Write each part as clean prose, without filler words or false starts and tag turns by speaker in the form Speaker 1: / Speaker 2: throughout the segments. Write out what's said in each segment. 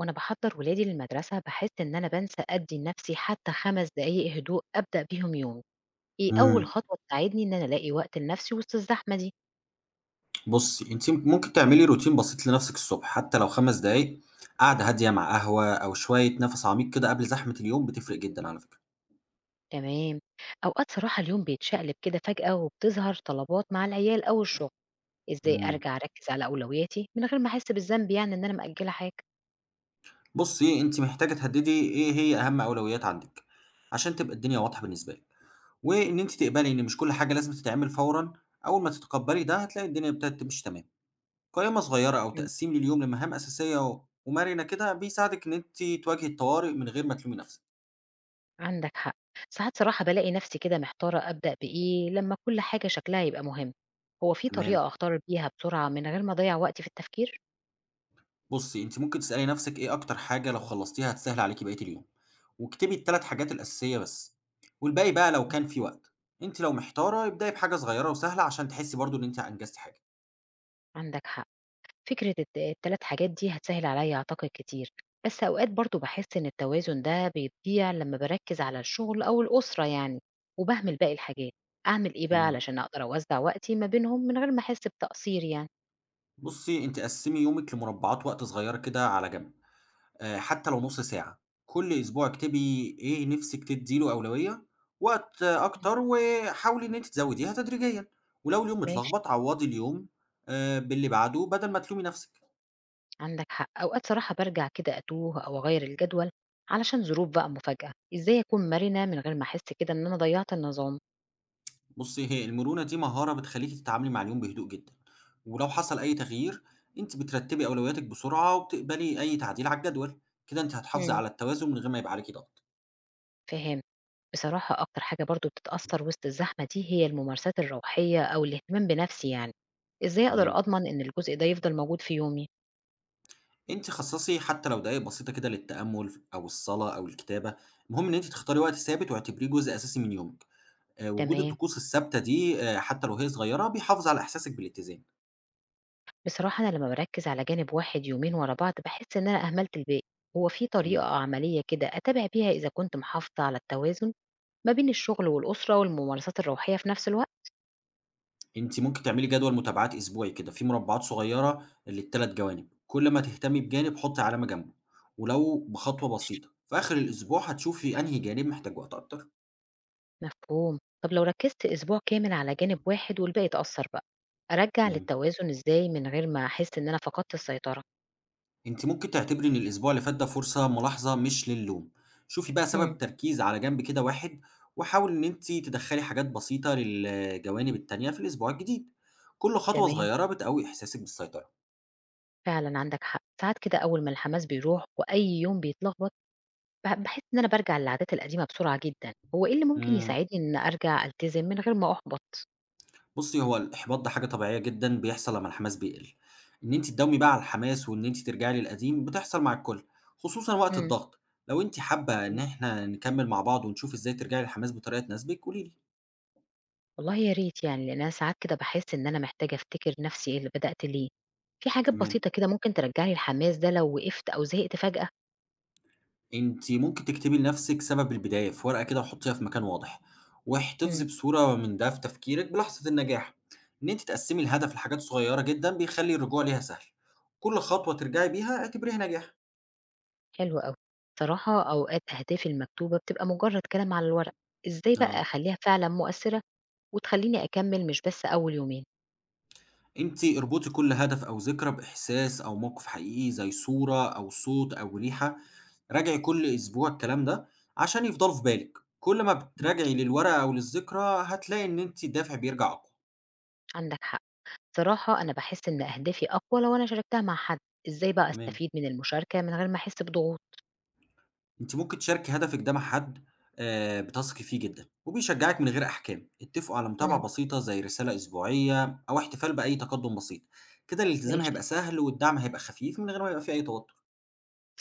Speaker 1: وأنا بحضّر ولادي للمدرسة باحس إن أنا بانسى أدّي لنفسي حتى 5 دقايق هدوء أبدأ بيهم يومي، إيه أول
Speaker 2: إمم،
Speaker 1: خطوة تساعدني إن أنا ألاقي وقت لنفسي وسط الزحمة دي؟
Speaker 2: بُصّي، أنتِ ممكن تعملي روتين بسيط لنفسِك الصبح، حتى لو 5 دقايق قعدة هادية مع قهوة أو شوية نفس عميق كده قبل زحمة اليوم بتفرق جدًا على فكرة.
Speaker 1: تمام، أوقات صراحة اليوم بيتشقلب كده فجأة وبتظهر طلبات مع العيال أو الشغل، إزاي
Speaker 2: إمم.
Speaker 1: أرجع أركّز على أولوياتي من غير ما أحس بالذنب يعني إن أنا مأجّلة حاجة؟
Speaker 2: بُصّي، أنتِ محتاجة تحددي إيه هي أهم أولويات عندِك، عشان تبقى الدنيا واضحة بالنسبة لِك، وإن أنتِ تقبلي إن مش كل حاجة لازم تتعمل فورًا، أول ما تتقبلي ده هتلاقي الدنيا ابتدت تمشي تمام. قائمة صغيرة أو
Speaker 1: إمم،
Speaker 2: تقسيم لليوم لمهام أساسية و ومرنة كده بيساعدِك إن أنتِ تواجهي الطوارئ من غير ما تلومي نفسِك.
Speaker 1: عندك حق، ساعات صراحة بالاقي نفسي كده محتارة أبدأ بإيه لمّا كل حاجة شكلها يبقى مهم، هو في طريقة
Speaker 2: تمام.
Speaker 1: أختار بيها بسرعة من غير ما أضيّع وقتي في التفكير؟
Speaker 2: بُصّي، أنتِ ممكن تسألي نفسِك إيه أكتر حاجة لو خلّصتيها هتسهِّل عليكِ بقية اليوم، واكتبي ال3 حاجات الأساسية بس، والباقي بقى لو
Speaker 1: إمم،
Speaker 2: كان في وقت. أنتِ لو محتارة ابدئي بحاجة صغيرة وسهلة عشان تحسّي برضه إن أنتِ أنجزتِ حاجة.
Speaker 1: عندك حق. فكرة ال3 حاجات دي هتسهّل عليَّ أعتقد كتير، بس أوقات برضه باحس إن التوازن ده بيضيع لمّا باركّز على الشغل أو الأسرة يعني، وباهمل باقي الحاجات، أعمل إيه بقى
Speaker 2: تمام.
Speaker 1: علشان أقدر أوزّع وقتي ما بينهم من غير ما أحس بتقصير يعني؟
Speaker 2: بُصّي، أنتِ قسّمي يومِك لمربعات وقت صغيرة كده على جنب، حتى لو نُص ساعة، كل أسبوع اكتبي إيه نِفْسِك تدّي له أولوية، وقت
Speaker 1: إمم.
Speaker 2: أكتر وحاولي إن أنتِ تزوّديها تدريجيًا، ولو اليوم
Speaker 1: ماشي،
Speaker 2: متلخبط عوّضي اليوم باللي بعده بدل ما تلومي نفسِك.
Speaker 1: عندك حق، أوقات صراحة بارجع كده أتوه أو أغيّر الجدول علشان ظروف بقى مفاجأة، إزاي أكون مرنة من غير ما أحس كده إن أنا ضيّعت النظام؟
Speaker 2: بُصّي، هي المرونة دي مهارة بتخلّيكِ تتعاملي مع اليوم بهدوء جدًا، ولو حصل أي تغيير أنتِ بترتّبي أولوياتِك بسرعة وبتقبلي أي تعديل على الجدول، كده أنتِ هتحافظي
Speaker 1: إمم.
Speaker 2: على التوازن من غير ما يبقى عليكِ ضغط،
Speaker 1: فهمت. بصراحة أكتر حاجة برضه بتتأثّر وسط الزحمة دي هي الممارسات الروحية أو الاهتمام بنَفْسي يعني، إزاي أقدر
Speaker 2: تمام،
Speaker 1: أضمن إن الجزء ده يفضل موجود في يومي؟
Speaker 2: أنتِ خصّصي حتى لو دقايق بسيطة كده للتأمل أو الصلاة أو الكتابة، المهم إن أنتِ تختاري وقت ثابت واعتبريه جزء أساسي من يومِك، وجود
Speaker 1: تمام،
Speaker 2: الطقوس الثابتة دي حتى لو هي صغيرة بيحافظ على إحساسِك بالاتزان،
Speaker 1: بصراحة أنا لمّا باركّز على جانب واحد يومين ورا بعض باحس إن أنا أهملت الباقي، هو في طريقة
Speaker 2: تمام.
Speaker 1: عملية كده أتابع بيها إذا كنت محافظة على التوازن ما بين الشغل والأسرة والممارسات الروحية في نَفْس الوقت؟
Speaker 2: أنتِ ممكن تعملي جدول متابعات أسبوعي كده، فيه مربعات صغيرة لل3 جوانب، كل ما تهتمي بجانب حُطّي علامة جنبه، ولو بخطوة بسيطة، في آخر الأسبوع هتشوفي أنهي جانب محتاج وقت أكتر.
Speaker 1: مفهوم. طَب لو ركّزت أسبوع كامل على جانب واحد والباقي اتأثّر بقى، أرجّع
Speaker 2: تمام،
Speaker 1: للتوازن إزاي من غير ما أحس إن أنا فقدت السيطرة؟
Speaker 2: أنتِ ممكن تعتبري إن الأسبوع اللي فات ده فرصة ملاحظة مش للوم، شوفي بقى
Speaker 1: إمم.
Speaker 2: سبب تركيز على جنب كده واحد، وحاولي إن أنتِ تدخّلي حاجات بسيطة للجوانب التانية في الأسبوع الجديد، كل خطوة
Speaker 1: تمام،
Speaker 2: صغيرة بتقوي إحساسِك بالسيطرة.
Speaker 1: فعلًا عندك حق، ساعات كده أول ما الحماس بيروح وأي يوم بيتلخبط باحس إن أنا بارجع للعادات القديمة بسرعة جدًا، هو إيه اللي ممكن
Speaker 2: إمم.
Speaker 1: يساعدني إن أرجع ألتزم من غير ما أُحبط؟
Speaker 2: بُصّي، هو الإحباط ده حاجة طبيعية جدًا بيحصل لمّا الحماس بيقل. إن أنتِ تداومي بقى على الحماس وإن أنتِ ترجعي للقديم بتحصل مع الكل، خصوصًا وقت
Speaker 1: إمم.
Speaker 2: الضغط. لو أنتِ حابة إن
Speaker 1: إمم،
Speaker 2: إحنا نكمّل مع بعض ونشوف إزاي ترجعي للحماس بطريقة تناسبِك قولي لي.
Speaker 1: والله يا ريت يعني، لأن أنا ساعات كده باحس إن أنا محتاجة أفتكر نفسي إيه اللي بدأت ليه، في حاجات
Speaker 2: تمام.
Speaker 1: بسيطة كده ممكن ترجّع لي الحماس ده لو وقفت أو زهقت فجأة؟
Speaker 2: أنتِ ممكن تكتبي لنفسِك سبب البداية في ورقة كده وحُطّيها في مكان واضح،
Speaker 1: إمم.
Speaker 2: واحتفظي بصورة من ده في تفكيرِك بلحظة النجاح. إن أنتِ تقسّمي الهدف لحاجات صغيرة جدًا بيخلّي الرجوع ليها سهل. كل خطوة ترجعي بيها اعتبريها نجاح.
Speaker 1: حلو أوي، بصراحة أوقات أهدافي المكتوبة بتبقى مجرد كلام على الورق، إزاي بقى
Speaker 2: آه.
Speaker 1: أخلّيها فعلًا مؤثرة وتخلّيني أكمل مش بس أول يومين؟
Speaker 2: أنتِ اربطي كل هدف أو ذكرى بإحساس أو موقف حقيقي زي صورة أو صوت أو ريحة، راجعي كل أسبوع الكلام ده عشان يفضلوا في بالِك، كل ما
Speaker 1: ماشي.
Speaker 2: بتراجعي للورقة أو للذكرى هتلاقي إن أنتِ الدافع بيرجع أقوى،
Speaker 1: عندك حق. صراحة أنا باحس إن أهدافي أقوى لو أنا شاركتها مع حد، إزاي بقى
Speaker 2: تمام،
Speaker 1: أستفيد من المشاركة من غير ما أحس بضغوط؟
Speaker 2: أنتِ ممكن تشاركي هدفِك ده مع حد بتثقي فيه جدًا وبيشجعِك من غير أحكام، اتفقوا على متابعة
Speaker 1: امم.
Speaker 2: بسيطة زي رسالة أسبوعية أو احتفال بأي تقدم بسيط، كده الالتزام
Speaker 1: ماشي،
Speaker 2: هيبقى سهل والدعم هيبقى خفيف من غير ما يبقى في أي توتر،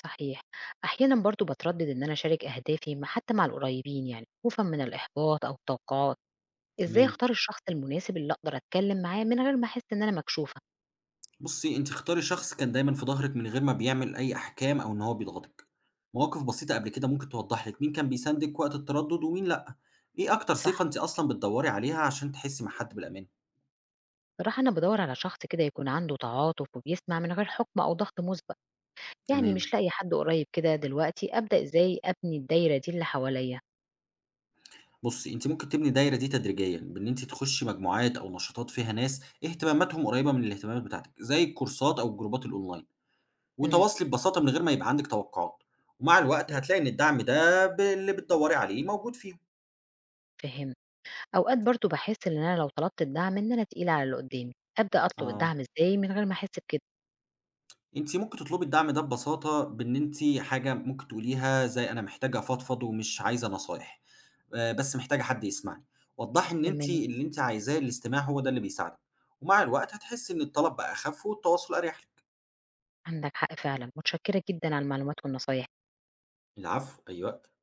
Speaker 1: صحيح. أحيانًا برضه باتردد إن أنا أشارك أهدافي حتى مع القريبين يعني، خوفًا من الإحباط أو التوقعات، إزاي
Speaker 2: تمام.
Speaker 1: أختار الشخص المناسب اللي أقدر أتكلم معاه من غير ما أحس إن أنا مكشوفة؟
Speaker 2: بُصّي، أنتِ اختاري شخص كان دايمًا في ضهرِك من غير ما بيعمل أي أحكام أو إن هو بيضغطِك. مواقف بسيطة قبل كده ممكن توضّح لِك مين كان بيساندِك وقت التردُّد ومين لأ. إيه أكتر
Speaker 1: صح،
Speaker 2: صفة أنتِ أصلًا بتدوّري عليها عشان تحسّي مع حد بالأمان؟
Speaker 1: بصراحة أنا بادوّر على شخص كده يكون عنده تعاطف وبيسمع من غير حكم أو ضغط مسبق، يعني
Speaker 2: تمام.
Speaker 1: مش لاقية حد قريب كده دلوقتي، أبدأ إزاي أبني الدايرة دي اللي حواليّا؟
Speaker 2: بُصّي، أنتِ ممكن تبني الدايرة دي تدريجيًا بإن أنتِ تخُشّي مجموعات أو نشاطات فيها ناس اهتماماتهم قريّبة من الاهتمامات بتاعتِك، زي الكورسات أو الجروبات الأونلاين،
Speaker 1: امم.
Speaker 2: وتواصلي ببساطة من غير ما يبقى عندِك توقُّعات. ومع الوقت
Speaker 1: ماشي،
Speaker 2: هتلاقي إن الدعم ده اللي بتدوّري عليه موجود فيهم.
Speaker 1: فهمت. أوقات برضه باحس إن أنا لو طلبت الدعم إن أنا تقيلة على اللي قدّامي، أبدأ أطلب
Speaker 2: آه.
Speaker 1: الدعم إزاي من غير ما أحس بكده؟
Speaker 2: أنتِ ممكن تطلبي الدعم ده ببساطة بإن أنتِ حاجة ممكن تقوليها زي أنا محتاجة أفضفض ومش عايزة نصايح، بس محتاجة حد يسمعني. وضّحي إن أنتِ
Speaker 1: تمام،
Speaker 2: اللي أنتِ عايزاه الاستماع هو ده اللي بيساعدِك، ومع الوقت هتحسي إن الطلب بقى أخف والتواصل أريح لِك.
Speaker 1: عندك حق فعلًا، متشكرة جدًا على المعلومات والنصايح.
Speaker 2: العفو، أي وقت.